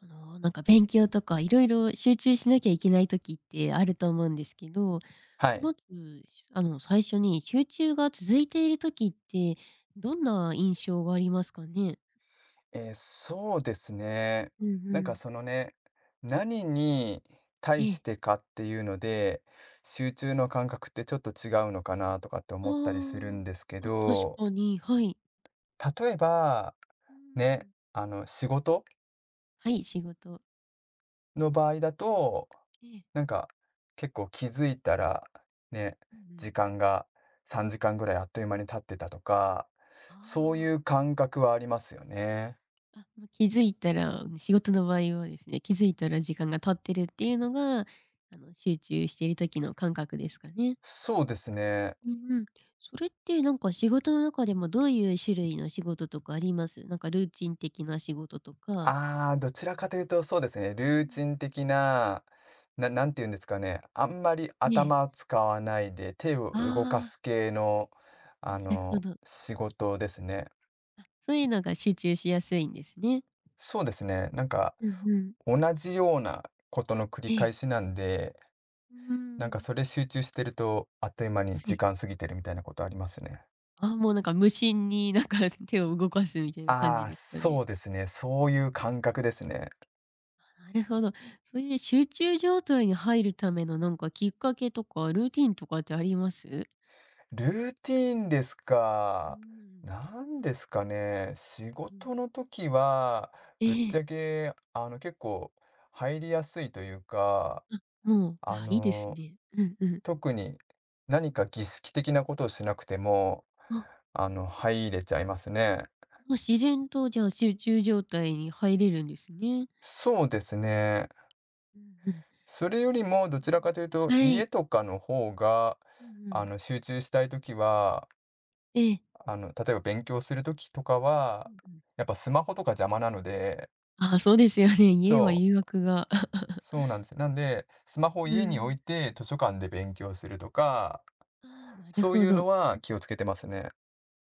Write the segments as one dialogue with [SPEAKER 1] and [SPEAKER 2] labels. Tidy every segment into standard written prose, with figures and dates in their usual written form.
[SPEAKER 1] なんか勉強とかいろいろ集中しなきゃいけない時ってあると思うんですけど、
[SPEAKER 2] はい。
[SPEAKER 1] まず、しあの、最初に集中が続いている時って、どんな印象がありますかね？
[SPEAKER 2] そうですね。
[SPEAKER 1] うんう
[SPEAKER 2] なんか
[SPEAKER 1] ん。
[SPEAKER 2] そのね、何に
[SPEAKER 1] え
[SPEAKER 2] 対し
[SPEAKER 1] え。
[SPEAKER 2] てかっていうので、集中の感覚ってちょっと違うのかなとかって
[SPEAKER 1] あ
[SPEAKER 2] 思ったりするん
[SPEAKER 1] ー
[SPEAKER 2] ですけ
[SPEAKER 1] あ、確
[SPEAKER 2] ど、
[SPEAKER 1] かに、はい。
[SPEAKER 2] 例えば、
[SPEAKER 1] う
[SPEAKER 2] ね、
[SPEAKER 1] ん。
[SPEAKER 2] 仕事
[SPEAKER 1] はい、仕事。
[SPEAKER 2] の場合だと、
[SPEAKER 1] ええ。
[SPEAKER 2] なんか、結構気づいたら、ね、
[SPEAKER 1] うんうん。
[SPEAKER 2] 時間が3時間ぐらいあっという間に経ってたとか、
[SPEAKER 1] あ
[SPEAKER 2] そう
[SPEAKER 1] ーあ。
[SPEAKER 2] いう感覚はありますよね。
[SPEAKER 1] まあ、気づいたら仕事の場合はですね、気づいたら時間が経ってるっていうのが、集中している時の感覚ですかね？
[SPEAKER 2] そうですね。
[SPEAKER 1] うんうん。それってなんか仕事の中でもどういう種類の仕事とかあります？なんかルーチン的な仕事とか、
[SPEAKER 2] ああ、どちら
[SPEAKER 1] 色
[SPEAKER 2] かという
[SPEAKER 1] 々。
[SPEAKER 2] と、そうですね、
[SPEAKER 1] う
[SPEAKER 2] ルー
[SPEAKER 1] ん。
[SPEAKER 2] チン的な、なんて言うんですかね、あんまり
[SPEAKER 1] ね
[SPEAKER 2] 頭
[SPEAKER 1] え。
[SPEAKER 2] を使わないで手を
[SPEAKER 1] あ
[SPEAKER 2] 動かす系の、
[SPEAKER 1] あ、なるほど。
[SPEAKER 2] 仕事ですね。
[SPEAKER 1] あ、そういうのが集中しやすいんですね。
[SPEAKER 2] そうですね、なんか
[SPEAKER 1] うんうん。
[SPEAKER 2] 同じようなことの繰り
[SPEAKER 1] え
[SPEAKER 2] 返
[SPEAKER 1] え。
[SPEAKER 2] しなんで、
[SPEAKER 1] うー
[SPEAKER 2] なんか
[SPEAKER 1] ん。
[SPEAKER 2] それ集中してると、あっという間に
[SPEAKER 1] は
[SPEAKER 2] 時
[SPEAKER 1] い。
[SPEAKER 2] 間過ぎてるみたいなことありますね。
[SPEAKER 1] あ、もうなんか無心になんか 手を動かすみたいな感
[SPEAKER 2] あ
[SPEAKER 1] じ
[SPEAKER 2] あ、
[SPEAKER 1] ですか
[SPEAKER 2] そ
[SPEAKER 1] ね。
[SPEAKER 2] うですね、そういう感覚ですね。
[SPEAKER 1] あ、なるほど。そういう集中状態に入るためのなんかきっかけとかルーティンとかってあります？
[SPEAKER 2] ルーティーンです
[SPEAKER 1] うー
[SPEAKER 2] か。
[SPEAKER 1] ん。
[SPEAKER 2] なんですかね。仕
[SPEAKER 1] うん。
[SPEAKER 2] 事の時は、
[SPEAKER 1] え
[SPEAKER 2] ぶっち
[SPEAKER 1] え。
[SPEAKER 2] ゃけ、結構入りやすいというか、
[SPEAKER 1] うん。い
[SPEAKER 2] あ
[SPEAKER 1] や、いいです
[SPEAKER 2] の、
[SPEAKER 1] ね。うんうん。
[SPEAKER 2] 特に何か儀式的なことをしなくても、
[SPEAKER 1] あ、も
[SPEAKER 2] 入れちゃいますね。
[SPEAKER 1] う自然とじゃあ集中状態に入れるんですね。
[SPEAKER 2] そうですね。
[SPEAKER 1] うんうん。
[SPEAKER 2] それよ
[SPEAKER 1] え
[SPEAKER 2] り
[SPEAKER 1] ー
[SPEAKER 2] も、どちらかというと、
[SPEAKER 1] は
[SPEAKER 2] 家
[SPEAKER 1] い。
[SPEAKER 2] とかの方が、
[SPEAKER 1] うんうん。
[SPEAKER 2] 集中したいときは、
[SPEAKER 1] ええ。
[SPEAKER 2] 例えば勉強するときとか
[SPEAKER 1] う
[SPEAKER 2] は、
[SPEAKER 1] んうん。
[SPEAKER 2] やっぱスマホとか邪魔なので、
[SPEAKER 1] ああ、そうですよね。家は
[SPEAKER 2] そ
[SPEAKER 1] 誘
[SPEAKER 2] う、
[SPEAKER 1] 惑が。
[SPEAKER 2] そうなんですよ。なんで、スマホを
[SPEAKER 1] う
[SPEAKER 2] 家に置
[SPEAKER 1] ん。
[SPEAKER 2] いて図書館で勉強するとか、
[SPEAKER 1] ああ、なる
[SPEAKER 2] そう
[SPEAKER 1] ほ
[SPEAKER 2] いう
[SPEAKER 1] ど。
[SPEAKER 2] のは気をつけてますね。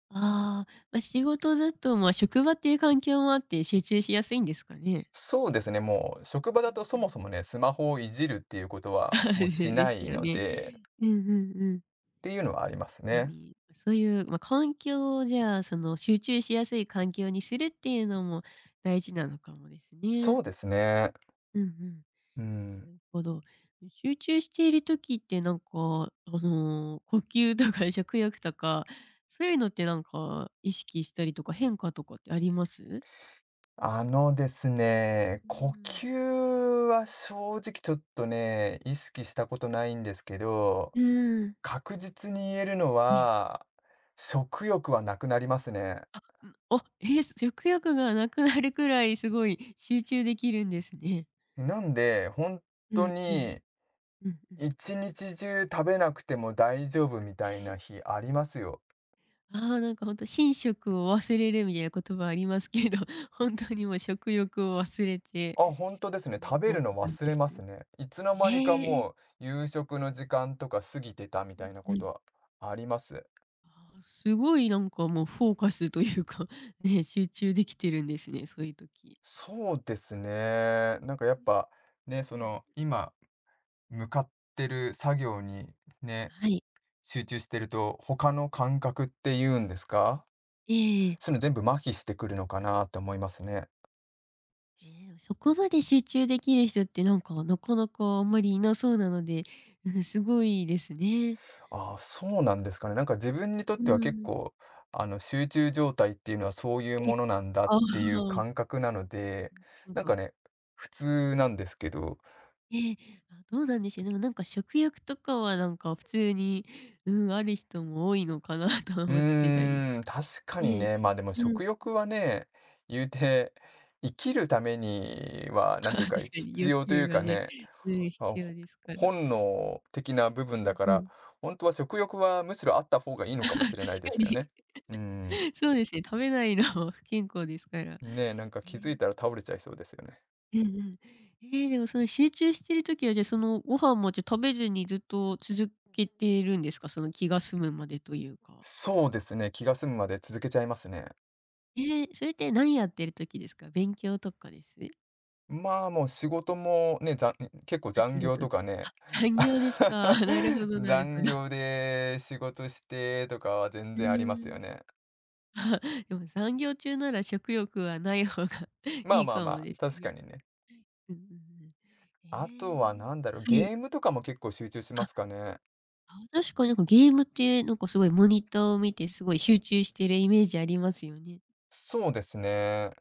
[SPEAKER 1] ああ、まあ、仕事だと、まあ、職場っていう環境もあって集中しやすいんですかね？
[SPEAKER 2] そうですね、もう職場
[SPEAKER 1] う
[SPEAKER 2] だとそもそ
[SPEAKER 1] ん。
[SPEAKER 2] もね、スマホをいじるっていうことは もうし
[SPEAKER 1] で
[SPEAKER 2] な
[SPEAKER 1] す
[SPEAKER 2] い
[SPEAKER 1] よ
[SPEAKER 2] の
[SPEAKER 1] ね。
[SPEAKER 2] で、っ
[SPEAKER 1] うんうんうん。
[SPEAKER 2] ていうのはあります
[SPEAKER 1] ま
[SPEAKER 2] ね。
[SPEAKER 1] に、そういう、まあ、環境をじゃあ、その、集中しやすい環境にするっていうのも大事なのかもです
[SPEAKER 2] そ
[SPEAKER 1] ね。
[SPEAKER 2] うですね。
[SPEAKER 1] うんうん。
[SPEAKER 2] うん。
[SPEAKER 1] なるほど。集中している時って、なんか、呼吸とか 食欲とか、そういうのってなんか意識したりとか変化とかってあります？
[SPEAKER 2] あのですね、
[SPEAKER 1] う
[SPEAKER 2] 呼
[SPEAKER 1] ん。
[SPEAKER 2] 吸 は正直ちょっとね、意識したことないんですけど、
[SPEAKER 1] うん。
[SPEAKER 2] 確実に言えるの
[SPEAKER 1] ね。
[SPEAKER 2] は、食欲はなくなりますね。
[SPEAKER 1] あ、え、食欲がなくなるくらいすごい集中できるんですね。
[SPEAKER 2] なんで、本
[SPEAKER 1] う
[SPEAKER 2] 当
[SPEAKER 1] んうん。
[SPEAKER 2] に
[SPEAKER 1] うんうん。
[SPEAKER 2] 一日中食べなくても大丈夫みたいな日ありますよ。
[SPEAKER 1] ああ、なんか本当寝食を忘れるみたいな言葉ありますけど、本当にもう食欲を忘れて、
[SPEAKER 2] あ、本当ですね。食べ
[SPEAKER 1] もう
[SPEAKER 2] る
[SPEAKER 1] っ
[SPEAKER 2] の
[SPEAKER 1] て感じ
[SPEAKER 2] 忘
[SPEAKER 1] で
[SPEAKER 2] れ
[SPEAKER 1] す
[SPEAKER 2] ます
[SPEAKER 1] ね。
[SPEAKER 2] ね。いつの間にか
[SPEAKER 1] ええ。
[SPEAKER 2] もう夕食の時間とか過ぎてたみたいな
[SPEAKER 1] う
[SPEAKER 2] こと
[SPEAKER 1] ん。
[SPEAKER 2] はあります。
[SPEAKER 1] あーすごいなんかもうフォーカスというか、ね、集中できてるんですね、そういう時。
[SPEAKER 2] そうですね。なんかやっぱ、ね、そ
[SPEAKER 1] うん。
[SPEAKER 2] の、今向かってる作業にね、
[SPEAKER 1] はい。
[SPEAKER 2] 集中してると、他の感覚っていうんですか、
[SPEAKER 1] ええええ。
[SPEAKER 2] そういうの全部麻痺してくるのかなと思いますね。
[SPEAKER 1] そこまで集中できる人ってなんか、なかなかあんまりいなそうなので、うん、すごいですね。
[SPEAKER 2] ああ、そうなんですかね。なんか自分にとっ
[SPEAKER 1] う
[SPEAKER 2] ては結
[SPEAKER 1] ん。
[SPEAKER 2] 構、集中状態っていうのはそういう
[SPEAKER 1] え
[SPEAKER 2] ものなんだっ
[SPEAKER 1] ああ。
[SPEAKER 2] ていう
[SPEAKER 1] なる
[SPEAKER 2] 感覚なので、
[SPEAKER 1] ほ
[SPEAKER 2] なんか
[SPEAKER 1] ど。
[SPEAKER 2] ね、普通なんですけど、
[SPEAKER 1] ええ、あ、どうなんでしょうね。でもなんか食欲とかはなんか普通に、うん、ある人も多いのかな と
[SPEAKER 2] う
[SPEAKER 1] 思ってたりし
[SPEAKER 2] ーん、確かに
[SPEAKER 1] て。
[SPEAKER 2] ね、まあでも
[SPEAKER 1] うん、
[SPEAKER 2] 食 欲はね、言うて、生きるためには、なん
[SPEAKER 1] あ、
[SPEAKER 2] ていう
[SPEAKER 1] 確
[SPEAKER 2] か、
[SPEAKER 1] かに
[SPEAKER 2] 必
[SPEAKER 1] 欲
[SPEAKER 2] 要とい
[SPEAKER 1] 求
[SPEAKER 2] う
[SPEAKER 1] が
[SPEAKER 2] か
[SPEAKER 1] ね、
[SPEAKER 2] ね、
[SPEAKER 1] うん、
[SPEAKER 2] まあ、
[SPEAKER 1] 必要ですから。
[SPEAKER 2] 本能的な部分
[SPEAKER 1] う
[SPEAKER 2] だ
[SPEAKER 1] ん
[SPEAKER 2] か
[SPEAKER 1] う
[SPEAKER 2] ら、
[SPEAKER 1] ん。
[SPEAKER 2] 本当は食欲はむしろあった方がいい のかもし
[SPEAKER 1] 確
[SPEAKER 2] れないで
[SPEAKER 1] か
[SPEAKER 2] すよね。
[SPEAKER 1] に。
[SPEAKER 2] うん。
[SPEAKER 1] そうですね、食べないのも不健康ですから。
[SPEAKER 2] ねえ、なんか
[SPEAKER 1] え
[SPEAKER 2] 気
[SPEAKER 1] ー
[SPEAKER 2] づいたら倒れちゃいそうですよね。
[SPEAKER 1] うんうん。でもその集中してる時は、じゃあそのご飯もじゃ、食べずにずっと続けてるんですか？その気が済むまでというか。
[SPEAKER 2] そうですね、気が済むまで続けちゃいますね。
[SPEAKER 1] それって何やってる時ですか？勉強とかです？
[SPEAKER 2] まあ、もう仕事もね、結構
[SPEAKER 1] あ、
[SPEAKER 2] 残
[SPEAKER 1] 仕
[SPEAKER 2] 業
[SPEAKER 1] 事
[SPEAKER 2] と
[SPEAKER 1] だ、
[SPEAKER 2] かね、
[SPEAKER 1] あ、残業ですか。なるほ どなるほ
[SPEAKER 2] 残
[SPEAKER 1] ど。
[SPEAKER 2] 業で仕事してとかは全
[SPEAKER 1] う
[SPEAKER 2] 然あります
[SPEAKER 1] ー
[SPEAKER 2] よ
[SPEAKER 1] ん。
[SPEAKER 2] ね。
[SPEAKER 1] あ、でも残業中なら食欲はない方が
[SPEAKER 2] まあ
[SPEAKER 1] いい
[SPEAKER 2] まあ
[SPEAKER 1] か
[SPEAKER 2] ま
[SPEAKER 1] も
[SPEAKER 2] あ、
[SPEAKER 1] です
[SPEAKER 2] 確か
[SPEAKER 1] ね。
[SPEAKER 2] にね。
[SPEAKER 1] うんうんうん。
[SPEAKER 2] あとは
[SPEAKER 1] ええ。
[SPEAKER 2] なんだろう、
[SPEAKER 1] は
[SPEAKER 2] ゲ
[SPEAKER 1] い。
[SPEAKER 2] ームとかも結構集中し
[SPEAKER 1] あ、
[SPEAKER 2] ますかね。
[SPEAKER 1] あ、確かになんかゲームってなんかすごいモニターを見てすごい集中してるイメージありますよね。
[SPEAKER 2] そうですね。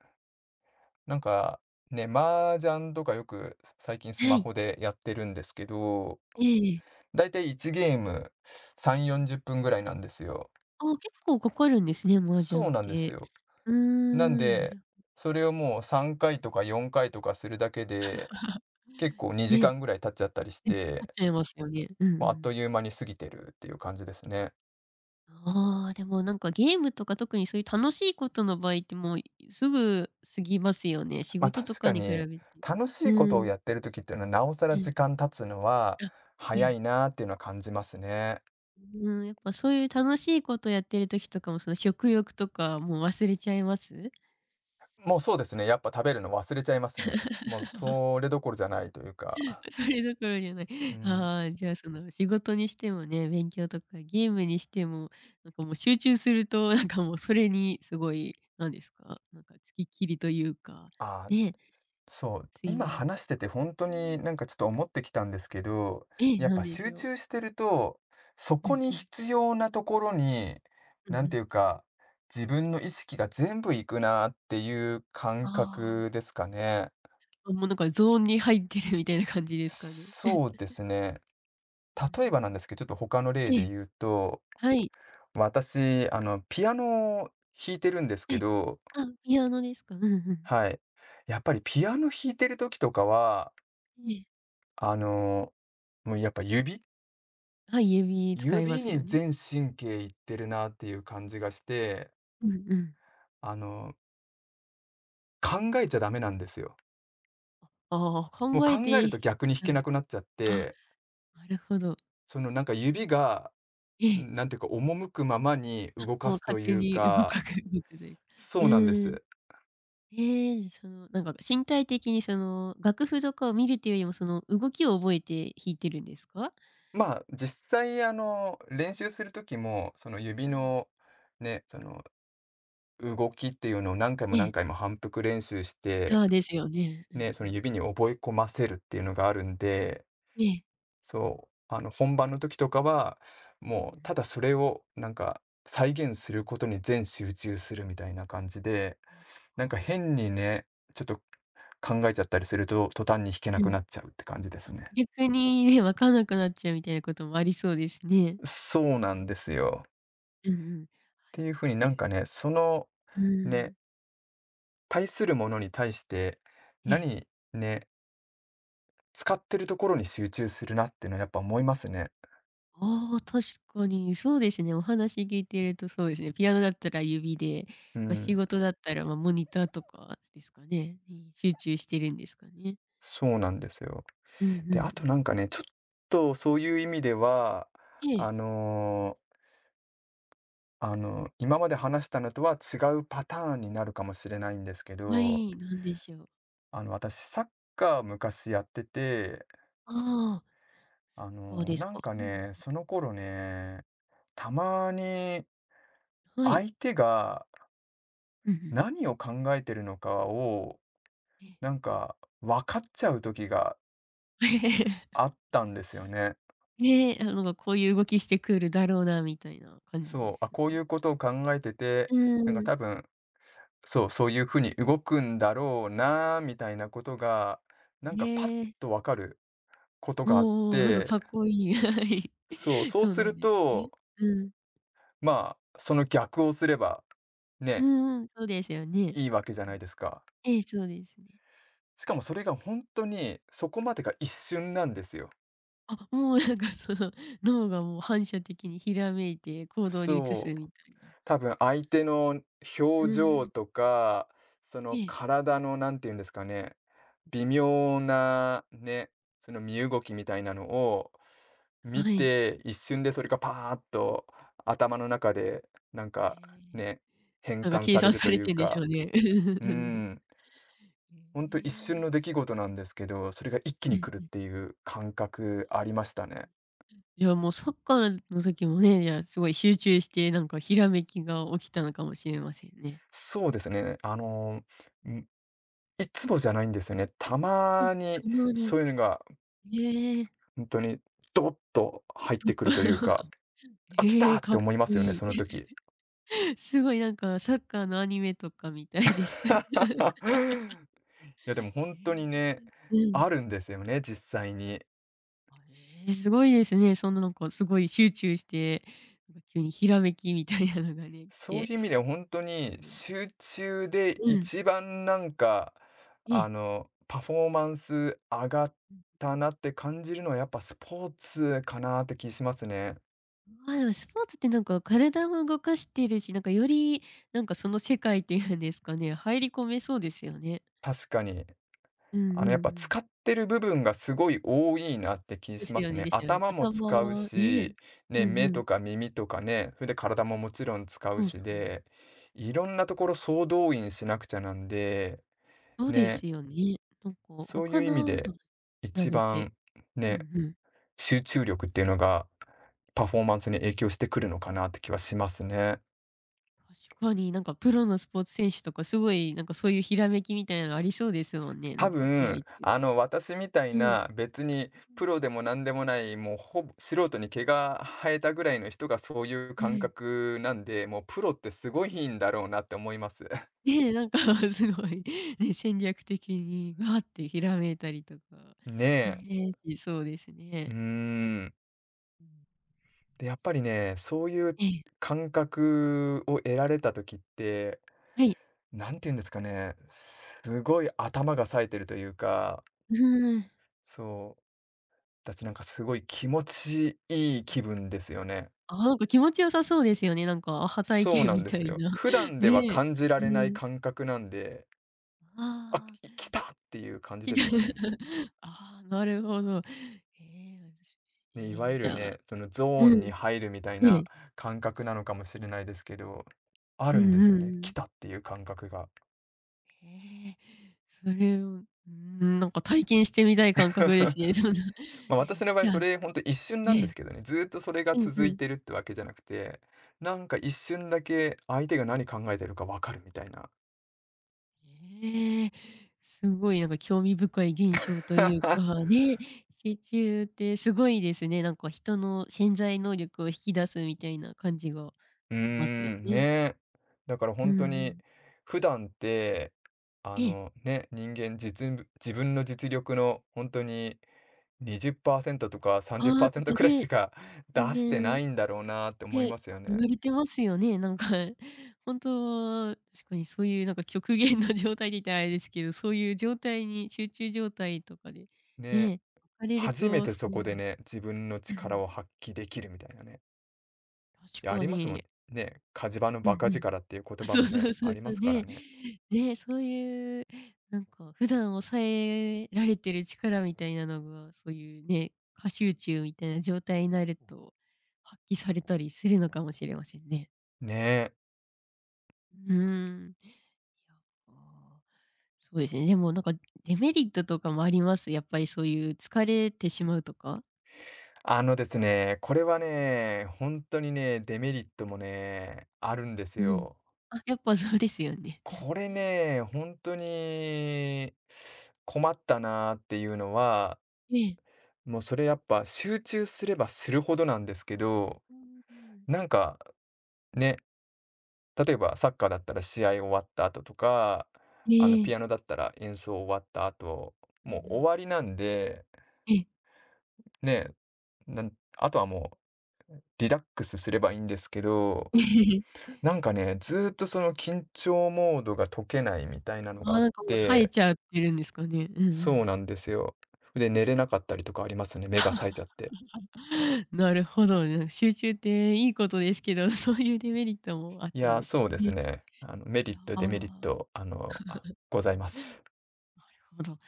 [SPEAKER 2] なんか、ね、麻雀とかよく最近ス
[SPEAKER 1] は
[SPEAKER 2] マ
[SPEAKER 1] い。
[SPEAKER 2] ホでやってるんですけど、
[SPEAKER 1] ええ。
[SPEAKER 2] だいたい1ゲーム3、
[SPEAKER 1] うん。
[SPEAKER 2] 40分ぐらいなんですよ。
[SPEAKER 1] あ、結構かかるんですね、麻
[SPEAKER 2] そう
[SPEAKER 1] 雀っ
[SPEAKER 2] なんです
[SPEAKER 1] て。
[SPEAKER 2] よ。
[SPEAKER 1] うー
[SPEAKER 2] なん
[SPEAKER 1] ん、な
[SPEAKER 2] で、
[SPEAKER 1] るほ
[SPEAKER 2] それをもう3回とか4回とかするだけで、結構
[SPEAKER 1] ど
[SPEAKER 2] 2時
[SPEAKER 1] ね、
[SPEAKER 2] 間ぐらい経っちゃったりし
[SPEAKER 1] ね、かかっ
[SPEAKER 2] て、
[SPEAKER 1] ちゃいますよね。うん
[SPEAKER 2] も
[SPEAKER 1] う
[SPEAKER 2] うあっと
[SPEAKER 1] ん。
[SPEAKER 2] いう間に過ぎてるっていう感じですね。
[SPEAKER 1] ああ、でもなんかゲームとか特にそういう楽しいことの場合ってもうすぐ過ぎますよね。仕
[SPEAKER 2] ま、あ
[SPEAKER 1] 事と
[SPEAKER 2] 確
[SPEAKER 1] か
[SPEAKER 2] か
[SPEAKER 1] に比
[SPEAKER 2] に、
[SPEAKER 1] べて。
[SPEAKER 2] 楽し
[SPEAKER 1] う
[SPEAKER 2] いことを
[SPEAKER 1] ん。
[SPEAKER 2] やってる時っていうのは、なおさら
[SPEAKER 1] うん。
[SPEAKER 2] 時間経つのは
[SPEAKER 1] あ、え
[SPEAKER 2] 早
[SPEAKER 1] え。
[SPEAKER 2] いなっていうのは感じますね。
[SPEAKER 1] うん、やっぱそういう楽しいことやってる時とかもその食欲とかもう忘れちゃいます？
[SPEAKER 2] もうそうですね、やっぱ食べるの忘れちゃいますね。もうそれどころじゃないというか、
[SPEAKER 1] それどころじゃない。
[SPEAKER 2] う ん。
[SPEAKER 1] ああ、じゃあその仕事にしてもね、勉強とかゲームにしても、なんかもう集中するとなんかもうそれにすごい、なんですか、なんか付きっきりというか、
[SPEAKER 2] ああ。
[SPEAKER 1] ね、
[SPEAKER 2] そう、
[SPEAKER 1] 睡
[SPEAKER 2] 今
[SPEAKER 1] 眠と
[SPEAKER 2] 話してて
[SPEAKER 1] か。
[SPEAKER 2] 本当
[SPEAKER 1] う
[SPEAKER 2] に
[SPEAKER 1] ん。
[SPEAKER 2] なんかちょっと思ってきたんですけど、
[SPEAKER 1] ええ、
[SPEAKER 2] やっ
[SPEAKER 1] な
[SPEAKER 2] ぱ
[SPEAKER 1] んです
[SPEAKER 2] 集
[SPEAKER 1] よ。
[SPEAKER 2] 中してると、そ
[SPEAKER 1] う
[SPEAKER 2] こ
[SPEAKER 1] ん
[SPEAKER 2] に
[SPEAKER 1] うん。
[SPEAKER 2] 必要なところに、
[SPEAKER 1] うんう
[SPEAKER 2] なんて
[SPEAKER 1] ん。
[SPEAKER 2] いうか、自分の意識が全部いくなっていう感覚
[SPEAKER 1] あ
[SPEAKER 2] ですかね。
[SPEAKER 1] あ、もうなんかゾーンに入ってるみたいな感じですかね。
[SPEAKER 2] そうですね。
[SPEAKER 1] うん
[SPEAKER 2] 例え
[SPEAKER 1] う
[SPEAKER 2] ば
[SPEAKER 1] ん。
[SPEAKER 2] なんですけど、ちょっと他の例
[SPEAKER 1] え
[SPEAKER 2] で
[SPEAKER 1] え、
[SPEAKER 2] 言うと、
[SPEAKER 1] はい。
[SPEAKER 2] 私、ピアノを弾いてるんです
[SPEAKER 1] え
[SPEAKER 2] け
[SPEAKER 1] え、
[SPEAKER 2] ど、
[SPEAKER 1] あ、ピアノですか？うんうん。
[SPEAKER 2] はい。やっぱりピアノ弾いてる時とかは、
[SPEAKER 1] ええ、
[SPEAKER 2] あの、もうやっぱ
[SPEAKER 1] はい、指使いま
[SPEAKER 2] 指
[SPEAKER 1] すよ
[SPEAKER 2] に
[SPEAKER 1] ね。
[SPEAKER 2] 全神経いってるなっていう感じがして、
[SPEAKER 1] うんうん。
[SPEAKER 2] あの、考えちゃダメなんですよ。
[SPEAKER 1] ああ、
[SPEAKER 2] もう
[SPEAKER 1] 考
[SPEAKER 2] 考
[SPEAKER 1] え
[SPEAKER 2] える
[SPEAKER 1] て、
[SPEAKER 2] と逆に弾
[SPEAKER 1] う
[SPEAKER 2] け
[SPEAKER 1] ん、
[SPEAKER 2] なくなっちゃっ
[SPEAKER 1] あ、
[SPEAKER 2] て、
[SPEAKER 1] なるほど。
[SPEAKER 2] そのなんか
[SPEAKER 1] うん。
[SPEAKER 2] 指が、
[SPEAKER 1] ええ、
[SPEAKER 2] なんていうか、赴くままに動か
[SPEAKER 1] もう
[SPEAKER 2] す
[SPEAKER 1] 勝
[SPEAKER 2] とい
[SPEAKER 1] 手
[SPEAKER 2] う
[SPEAKER 1] に
[SPEAKER 2] か、
[SPEAKER 1] 動くというか。
[SPEAKER 2] そ
[SPEAKER 1] う
[SPEAKER 2] うなんで
[SPEAKER 1] ん。
[SPEAKER 2] す。
[SPEAKER 1] ええ、その、なんか身体的にその、楽譜とかを見るというよりも、その動きを覚えて弾いてるんですか？
[SPEAKER 2] まあ、実際、練
[SPEAKER 1] う
[SPEAKER 2] 習
[SPEAKER 1] ん
[SPEAKER 2] する時も、その指
[SPEAKER 1] うん。
[SPEAKER 2] の、ね、その動きっていうのを何回も何
[SPEAKER 1] え
[SPEAKER 2] 回
[SPEAKER 1] え。
[SPEAKER 2] も反復練習して、
[SPEAKER 1] ああ、ですよね。うんう
[SPEAKER 2] ね、その
[SPEAKER 1] ん。
[SPEAKER 2] 指に覚え込ませるっていうのがあるんで、
[SPEAKER 1] ね、
[SPEAKER 2] 本番の時とかは、
[SPEAKER 1] うん
[SPEAKER 2] も
[SPEAKER 1] う
[SPEAKER 2] う
[SPEAKER 1] ん。
[SPEAKER 2] ただそれをなんか再現することに全集中するみたいな感じで、
[SPEAKER 1] あ、
[SPEAKER 2] なんか
[SPEAKER 1] ああ、
[SPEAKER 2] 変にね、ちょっと考えちゃったりすると、途端に弾けな
[SPEAKER 1] う
[SPEAKER 2] く
[SPEAKER 1] ん。
[SPEAKER 2] なっちゃうって感じですね。
[SPEAKER 1] 逆にね、分かんなくなっちゃうみたいなこともありそうですね。
[SPEAKER 2] そう
[SPEAKER 1] 考
[SPEAKER 2] なん
[SPEAKER 1] え
[SPEAKER 2] ですよ。っ
[SPEAKER 1] うんうん。はい、
[SPEAKER 2] て
[SPEAKER 1] で
[SPEAKER 2] い
[SPEAKER 1] も
[SPEAKER 2] う風に
[SPEAKER 1] 確か
[SPEAKER 2] なん
[SPEAKER 1] に。
[SPEAKER 2] かね、その、
[SPEAKER 1] うー
[SPEAKER 2] ね、
[SPEAKER 1] ん。
[SPEAKER 2] 対するものに対して、
[SPEAKER 1] ええ。
[SPEAKER 2] 何ね、使ってるところに集中するなっていうのはやっぱ思いますね。
[SPEAKER 1] ああ、確かにそうですね。お話聞いてるとそうですね。ピアノだったら指で、
[SPEAKER 2] う
[SPEAKER 1] ま、仕
[SPEAKER 2] ん、
[SPEAKER 1] 事だったら、ま、モニターとかですかね、に集中してるんですかね。
[SPEAKER 2] そうなんですよ。
[SPEAKER 1] うんうんう
[SPEAKER 2] で、あと
[SPEAKER 1] ん。
[SPEAKER 2] なんかね、ちょっとそういう意味では、
[SPEAKER 1] ええ、
[SPEAKER 2] あのー今まで話したのとは違うパターンになるかもしれないんですけ
[SPEAKER 1] は
[SPEAKER 2] ど、
[SPEAKER 1] い、なんでしょう。
[SPEAKER 2] 私サッカー昔やってて、
[SPEAKER 1] ああ、サッカーです
[SPEAKER 2] なん
[SPEAKER 1] か。
[SPEAKER 2] か
[SPEAKER 1] うん。
[SPEAKER 2] ね、その頃ね、たまに
[SPEAKER 1] はい。
[SPEAKER 2] 相手が
[SPEAKER 1] うんうん。
[SPEAKER 2] 何を考えてるのかを、
[SPEAKER 1] ええ。
[SPEAKER 2] なんか分かっちゃう時が あったんですよね。
[SPEAKER 1] ねえ、こういう動きしてくるだろうなみたいな感じで
[SPEAKER 2] そう、
[SPEAKER 1] す
[SPEAKER 2] あ、こうい
[SPEAKER 1] か？
[SPEAKER 2] うことを考えてて、
[SPEAKER 1] う
[SPEAKER 2] なんか
[SPEAKER 1] ん。
[SPEAKER 2] 多分そういうふうに動くんだろうなみたいなことが、なんかパッ
[SPEAKER 1] ねえ。
[SPEAKER 2] とわかることがあっ
[SPEAKER 1] おお、なんか
[SPEAKER 2] て、
[SPEAKER 1] かっこいい。はい。
[SPEAKER 2] そう、そう
[SPEAKER 1] そう
[SPEAKER 2] す
[SPEAKER 1] な
[SPEAKER 2] る
[SPEAKER 1] んです
[SPEAKER 2] と、
[SPEAKER 1] ね。うん。
[SPEAKER 2] まあ、その逆をすれば、
[SPEAKER 1] う
[SPEAKER 2] ね、
[SPEAKER 1] んうん、そうですよね。
[SPEAKER 2] いいわけじゃ
[SPEAKER 1] う
[SPEAKER 2] ない
[SPEAKER 1] ん。
[SPEAKER 2] ですか。
[SPEAKER 1] ええ、そうですね。
[SPEAKER 2] しかもそれが本当にそこまでが一瞬なんですよ。
[SPEAKER 1] あ、もうなんかその、脳がもう反射的にひらめいて行動に移す
[SPEAKER 2] そう、
[SPEAKER 1] みたいな。
[SPEAKER 2] 多分相手の
[SPEAKER 1] う
[SPEAKER 2] 表情
[SPEAKER 1] ん。
[SPEAKER 2] とか、そ
[SPEAKER 1] え
[SPEAKER 2] の
[SPEAKER 1] え。
[SPEAKER 2] 体のなんて言うんですかね、
[SPEAKER 1] う
[SPEAKER 2] 微
[SPEAKER 1] んうん
[SPEAKER 2] 妙なね、その身動きみたいなのを
[SPEAKER 1] うん。
[SPEAKER 2] 見
[SPEAKER 1] はい。
[SPEAKER 2] て、一瞬でそれがパーッと頭の中で、なん
[SPEAKER 1] へ
[SPEAKER 2] か、
[SPEAKER 1] え。
[SPEAKER 2] ね、変
[SPEAKER 1] なんか
[SPEAKER 2] 換
[SPEAKER 1] 計
[SPEAKER 2] され
[SPEAKER 1] 算
[SPEAKER 2] る
[SPEAKER 1] さ
[SPEAKER 2] と
[SPEAKER 1] れ
[SPEAKER 2] いう
[SPEAKER 1] てんでしょ
[SPEAKER 2] か、
[SPEAKER 1] うね。へ
[SPEAKER 2] うん、ほんと一瞬
[SPEAKER 1] え。
[SPEAKER 2] の出 来事なんですけど、それが一気
[SPEAKER 1] う
[SPEAKER 2] に来るっ
[SPEAKER 1] ん。
[SPEAKER 2] ていう感覚ありましたね。
[SPEAKER 1] じゃあ、もうサッカーの時もね、じゃあ、すごい集中して、なんかひらめきが起きたのかもしれませんね。
[SPEAKER 2] そうですね、ん、いつもじゃないんですよね。た
[SPEAKER 1] あ、
[SPEAKER 2] まに
[SPEAKER 1] たまに。
[SPEAKER 2] そういうのが
[SPEAKER 1] へえ、ち
[SPEAKER 2] 本当にドッと入っ
[SPEAKER 1] ょっ
[SPEAKER 2] てく
[SPEAKER 1] と、
[SPEAKER 2] るというか、「あ、来
[SPEAKER 1] へ
[SPEAKER 2] た！」
[SPEAKER 1] え、
[SPEAKER 2] っ
[SPEAKER 1] か
[SPEAKER 2] て
[SPEAKER 1] っ
[SPEAKER 2] 思いま
[SPEAKER 1] こ
[SPEAKER 2] すよね、
[SPEAKER 1] いい。
[SPEAKER 2] その時。
[SPEAKER 1] すごいなんかサッカーのアニメとかみたいです。
[SPEAKER 2] いや、でも本当に
[SPEAKER 1] へ
[SPEAKER 2] ね、
[SPEAKER 1] え。うん。
[SPEAKER 2] あるんですよね、実際に。
[SPEAKER 1] あ、ええ、すごいですね。そんななんかすごい集中して、なんか急にひらめきみたいなのがね、来
[SPEAKER 2] そう
[SPEAKER 1] て。
[SPEAKER 2] いう意味では本当
[SPEAKER 1] うん、え
[SPEAKER 2] に、
[SPEAKER 1] え。
[SPEAKER 2] 集中で
[SPEAKER 1] うん、
[SPEAKER 2] 一番なんか、
[SPEAKER 1] ええ。
[SPEAKER 2] パフォーマンス上がったなって感じるのは、やっぱスポーツかなって気しますね。
[SPEAKER 1] まあ、でもスポーツってなんか体も動かしてるし、なんかよりなんかその世界っていうんですかね、入り込めそうですよね。
[SPEAKER 2] 確かに。
[SPEAKER 1] うんうん
[SPEAKER 2] や
[SPEAKER 1] う
[SPEAKER 2] っぱ
[SPEAKER 1] ん。
[SPEAKER 2] 使ってる部分がすごい多いなって気
[SPEAKER 1] で
[SPEAKER 2] し
[SPEAKER 1] す
[SPEAKER 2] ま
[SPEAKER 1] よ
[SPEAKER 2] す
[SPEAKER 1] ね
[SPEAKER 2] ね。
[SPEAKER 1] ですよね。
[SPEAKER 2] 頭も使う
[SPEAKER 1] 頭ね。
[SPEAKER 2] し、
[SPEAKER 1] う
[SPEAKER 2] ね、
[SPEAKER 1] ん
[SPEAKER 2] 目
[SPEAKER 1] う
[SPEAKER 2] と
[SPEAKER 1] ん。
[SPEAKER 2] か耳とかね、それで体ももちろん使う
[SPEAKER 1] そうそ
[SPEAKER 2] し
[SPEAKER 1] う。
[SPEAKER 2] で、いろんなところ総動員しなくちゃなんで、
[SPEAKER 1] そうで
[SPEAKER 2] ね、
[SPEAKER 1] すよね。なんか
[SPEAKER 2] そうい
[SPEAKER 1] 他
[SPEAKER 2] う意味
[SPEAKER 1] のと
[SPEAKER 2] で
[SPEAKER 1] 比
[SPEAKER 2] 一
[SPEAKER 1] べて、
[SPEAKER 2] 番
[SPEAKER 1] うん
[SPEAKER 2] ね
[SPEAKER 1] うん。
[SPEAKER 2] 集中力っていうのが、パフォーマンスに影響してくるのかなって気はしますね。
[SPEAKER 1] 確かになんかプロのスポーツ選手とかすごいなんかそういうひらめきみたいなのありそうですもんね、な
[SPEAKER 2] 多
[SPEAKER 1] んか試合
[SPEAKER 2] 分、
[SPEAKER 1] 中。
[SPEAKER 2] 私みたい
[SPEAKER 1] うん。うん。
[SPEAKER 2] な、別にプロでも何でもない、もうほぼ素人に毛が生えたぐらいの人がそういう
[SPEAKER 1] え
[SPEAKER 2] 感
[SPEAKER 1] え。
[SPEAKER 2] 覚なんで、もうプロってすごいんだろうなって思います。
[SPEAKER 1] ねえ、なんか すごい、ね、戦略的にわーってひらめいたりとか、
[SPEAKER 2] ねえ。
[SPEAKER 1] ねえ、しそうです
[SPEAKER 2] う
[SPEAKER 1] ね。
[SPEAKER 2] ーん。
[SPEAKER 1] うん。
[SPEAKER 2] で、やっぱりね、そういう
[SPEAKER 1] ええ、
[SPEAKER 2] 感覚を得られた時って、
[SPEAKER 1] はい。
[SPEAKER 2] なんて言うんですかね、すごい頭が冴えてるというか、
[SPEAKER 1] うーん。
[SPEAKER 2] そう。たちなんかすごい気持ちいい
[SPEAKER 1] あ。
[SPEAKER 2] 気分ですよね。
[SPEAKER 1] ああ、なんか気持ちよさそうですよね。なんかアハ体
[SPEAKER 2] そう
[SPEAKER 1] 験
[SPEAKER 2] なん
[SPEAKER 1] み
[SPEAKER 2] で
[SPEAKER 1] た
[SPEAKER 2] す
[SPEAKER 1] い
[SPEAKER 2] よ。
[SPEAKER 1] な。
[SPEAKER 2] 普 段では
[SPEAKER 1] ねえ。
[SPEAKER 2] 感じら
[SPEAKER 1] う
[SPEAKER 2] れない
[SPEAKER 1] ん。
[SPEAKER 2] 感覚なんで、
[SPEAKER 1] ああ、
[SPEAKER 2] 来たっていう感じ
[SPEAKER 1] ひ
[SPEAKER 2] で
[SPEAKER 1] で
[SPEAKER 2] すよね。
[SPEAKER 1] ああ、なるほど。ええ、私、
[SPEAKER 2] ね、いわ
[SPEAKER 1] ええ、
[SPEAKER 2] ゆ
[SPEAKER 1] じ
[SPEAKER 2] る
[SPEAKER 1] ゃあ、
[SPEAKER 2] ね、そのゾー
[SPEAKER 1] う
[SPEAKER 2] ンに
[SPEAKER 1] ん、
[SPEAKER 2] 入るみたい
[SPEAKER 1] ね
[SPEAKER 2] な
[SPEAKER 1] え。
[SPEAKER 2] 感覚なのかもしれないですけど、あ
[SPEAKER 1] う
[SPEAKER 2] るんで
[SPEAKER 1] ん
[SPEAKER 2] す
[SPEAKER 1] う
[SPEAKER 2] よ
[SPEAKER 1] んう
[SPEAKER 2] ね。来
[SPEAKER 1] ん。
[SPEAKER 2] たっていう感覚が。
[SPEAKER 1] ええ、それを、うーん、なんか体験してみたい感覚で すね。そんな、
[SPEAKER 2] ま、
[SPEAKER 1] ねえ、
[SPEAKER 2] 私の
[SPEAKER 1] 来
[SPEAKER 2] 場合
[SPEAKER 1] た、
[SPEAKER 2] それほんと一瞬
[SPEAKER 1] え
[SPEAKER 2] なんで
[SPEAKER 1] え。
[SPEAKER 2] すけどね、ずーっとそれが
[SPEAKER 1] うんう
[SPEAKER 2] 続い
[SPEAKER 1] ん。
[SPEAKER 2] てるってわけじゃなくて、なんか一瞬だけ相手が何考えてるか分かるみたいな。
[SPEAKER 1] ええ、すごいなんか興味深い現象という かね、集中ってすごいですね。なんか人の潜在能力を引き出すみたいな感じが
[SPEAKER 2] うー
[SPEAKER 1] ありますよ
[SPEAKER 2] ん、
[SPEAKER 1] ね。
[SPEAKER 2] ね。だから
[SPEAKER 1] うん
[SPEAKER 2] 本当
[SPEAKER 1] う
[SPEAKER 2] に、
[SPEAKER 1] ん。
[SPEAKER 2] 普段って、
[SPEAKER 1] ええ、
[SPEAKER 2] ね、人間自分の実力の本当に20%とか
[SPEAKER 1] 「ああ」と
[SPEAKER 2] 30%
[SPEAKER 1] か
[SPEAKER 2] くらいし
[SPEAKER 1] ね、
[SPEAKER 2] か 出
[SPEAKER 1] 全
[SPEAKER 2] してな
[SPEAKER 1] 然、
[SPEAKER 2] いんだろうなって思い
[SPEAKER 1] ね、
[SPEAKER 2] ますよ
[SPEAKER 1] 言
[SPEAKER 2] ね。
[SPEAKER 1] われてますよね。なんか本当、確かにそういうなんか極限の状態って言ったらあれですけど、そういう状態に集中状態とかで
[SPEAKER 2] ね。
[SPEAKER 1] ね、置かれる
[SPEAKER 2] 初め
[SPEAKER 1] と
[SPEAKER 2] て
[SPEAKER 1] そ
[SPEAKER 2] そ
[SPEAKER 1] う
[SPEAKER 2] こ
[SPEAKER 1] い
[SPEAKER 2] で
[SPEAKER 1] う、
[SPEAKER 2] ね、自分の力を発揮できるみたいなね。い
[SPEAKER 1] 確
[SPEAKER 2] や、あ
[SPEAKER 1] か
[SPEAKER 2] りますもん
[SPEAKER 1] に。
[SPEAKER 2] ね。火事場の
[SPEAKER 1] うん
[SPEAKER 2] バカ
[SPEAKER 1] うん。
[SPEAKER 2] 力っていう 言
[SPEAKER 1] あ、
[SPEAKER 2] 葉
[SPEAKER 1] そ
[SPEAKER 2] も
[SPEAKER 1] うそ
[SPEAKER 2] ね、
[SPEAKER 1] うそ
[SPEAKER 2] あ
[SPEAKER 1] う
[SPEAKER 2] りま
[SPEAKER 1] そう。
[SPEAKER 2] すから
[SPEAKER 1] ね。
[SPEAKER 2] ね。
[SPEAKER 1] ね、そういう、なんか、普段抑えられてる力みたいなのが、そういうね、過集中みたいな状態になると、発揮されたりするのかもしれませんね。
[SPEAKER 2] ねえ。
[SPEAKER 1] うーん。いや、ああ、そうですね。でもなんか、デメリットとかもあります？やっぱりそういう疲れてしまうとか？
[SPEAKER 2] あのですね、これはね、本当にね、デメリットもね、あるんです
[SPEAKER 1] うん。
[SPEAKER 2] よ。
[SPEAKER 1] あ、やっぱそうですよね。
[SPEAKER 2] これね、本当に困ったなっていうのは、
[SPEAKER 1] ええ。
[SPEAKER 2] もうそれやっぱ集中すればするほどなんですけど、
[SPEAKER 1] うんうん。
[SPEAKER 2] なんかね、例えばサッカーだったら試合終わった後とか、
[SPEAKER 1] え
[SPEAKER 2] あのピ
[SPEAKER 1] え。
[SPEAKER 2] アノだったら演奏終わった後、
[SPEAKER 1] うんう
[SPEAKER 2] もう終
[SPEAKER 1] ん。
[SPEAKER 2] わりなんで、
[SPEAKER 1] ええ。
[SPEAKER 2] ね、あとはもうリラックスすればいいんですけど、なんかね、ずーっとその緊張モードが解けないみたいなの
[SPEAKER 1] あ
[SPEAKER 2] があ
[SPEAKER 1] あ、
[SPEAKER 2] っ
[SPEAKER 1] なんかもう冴え
[SPEAKER 2] て
[SPEAKER 1] ちゃってるんですかね。うんう
[SPEAKER 2] そう
[SPEAKER 1] ん。
[SPEAKER 2] なんですよ。で、寝れなかったりとかありますね、目が冴えちゃって。
[SPEAKER 1] なるほど。なんか集中っていいことですけど、そういうデメリットもあっ
[SPEAKER 2] い
[SPEAKER 1] たん
[SPEAKER 2] や、
[SPEAKER 1] です
[SPEAKER 2] そうです
[SPEAKER 1] ね。
[SPEAKER 2] ね。メ
[SPEAKER 1] い
[SPEAKER 2] リ
[SPEAKER 1] や
[SPEAKER 2] ット、
[SPEAKER 1] あ、
[SPEAKER 2] デメリッ
[SPEAKER 1] なる
[SPEAKER 2] ト、ございます。
[SPEAKER 1] ほど。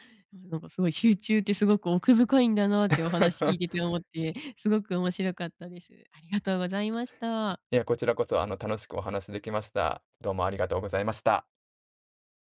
[SPEAKER 1] なんかすごい集中ってすごく奥深いんだなってお話聞い てて思って、すごく面白かったです。ありがとうございました。
[SPEAKER 2] いや、こちらこそ、楽しくお話できました。どうもありがとうございました。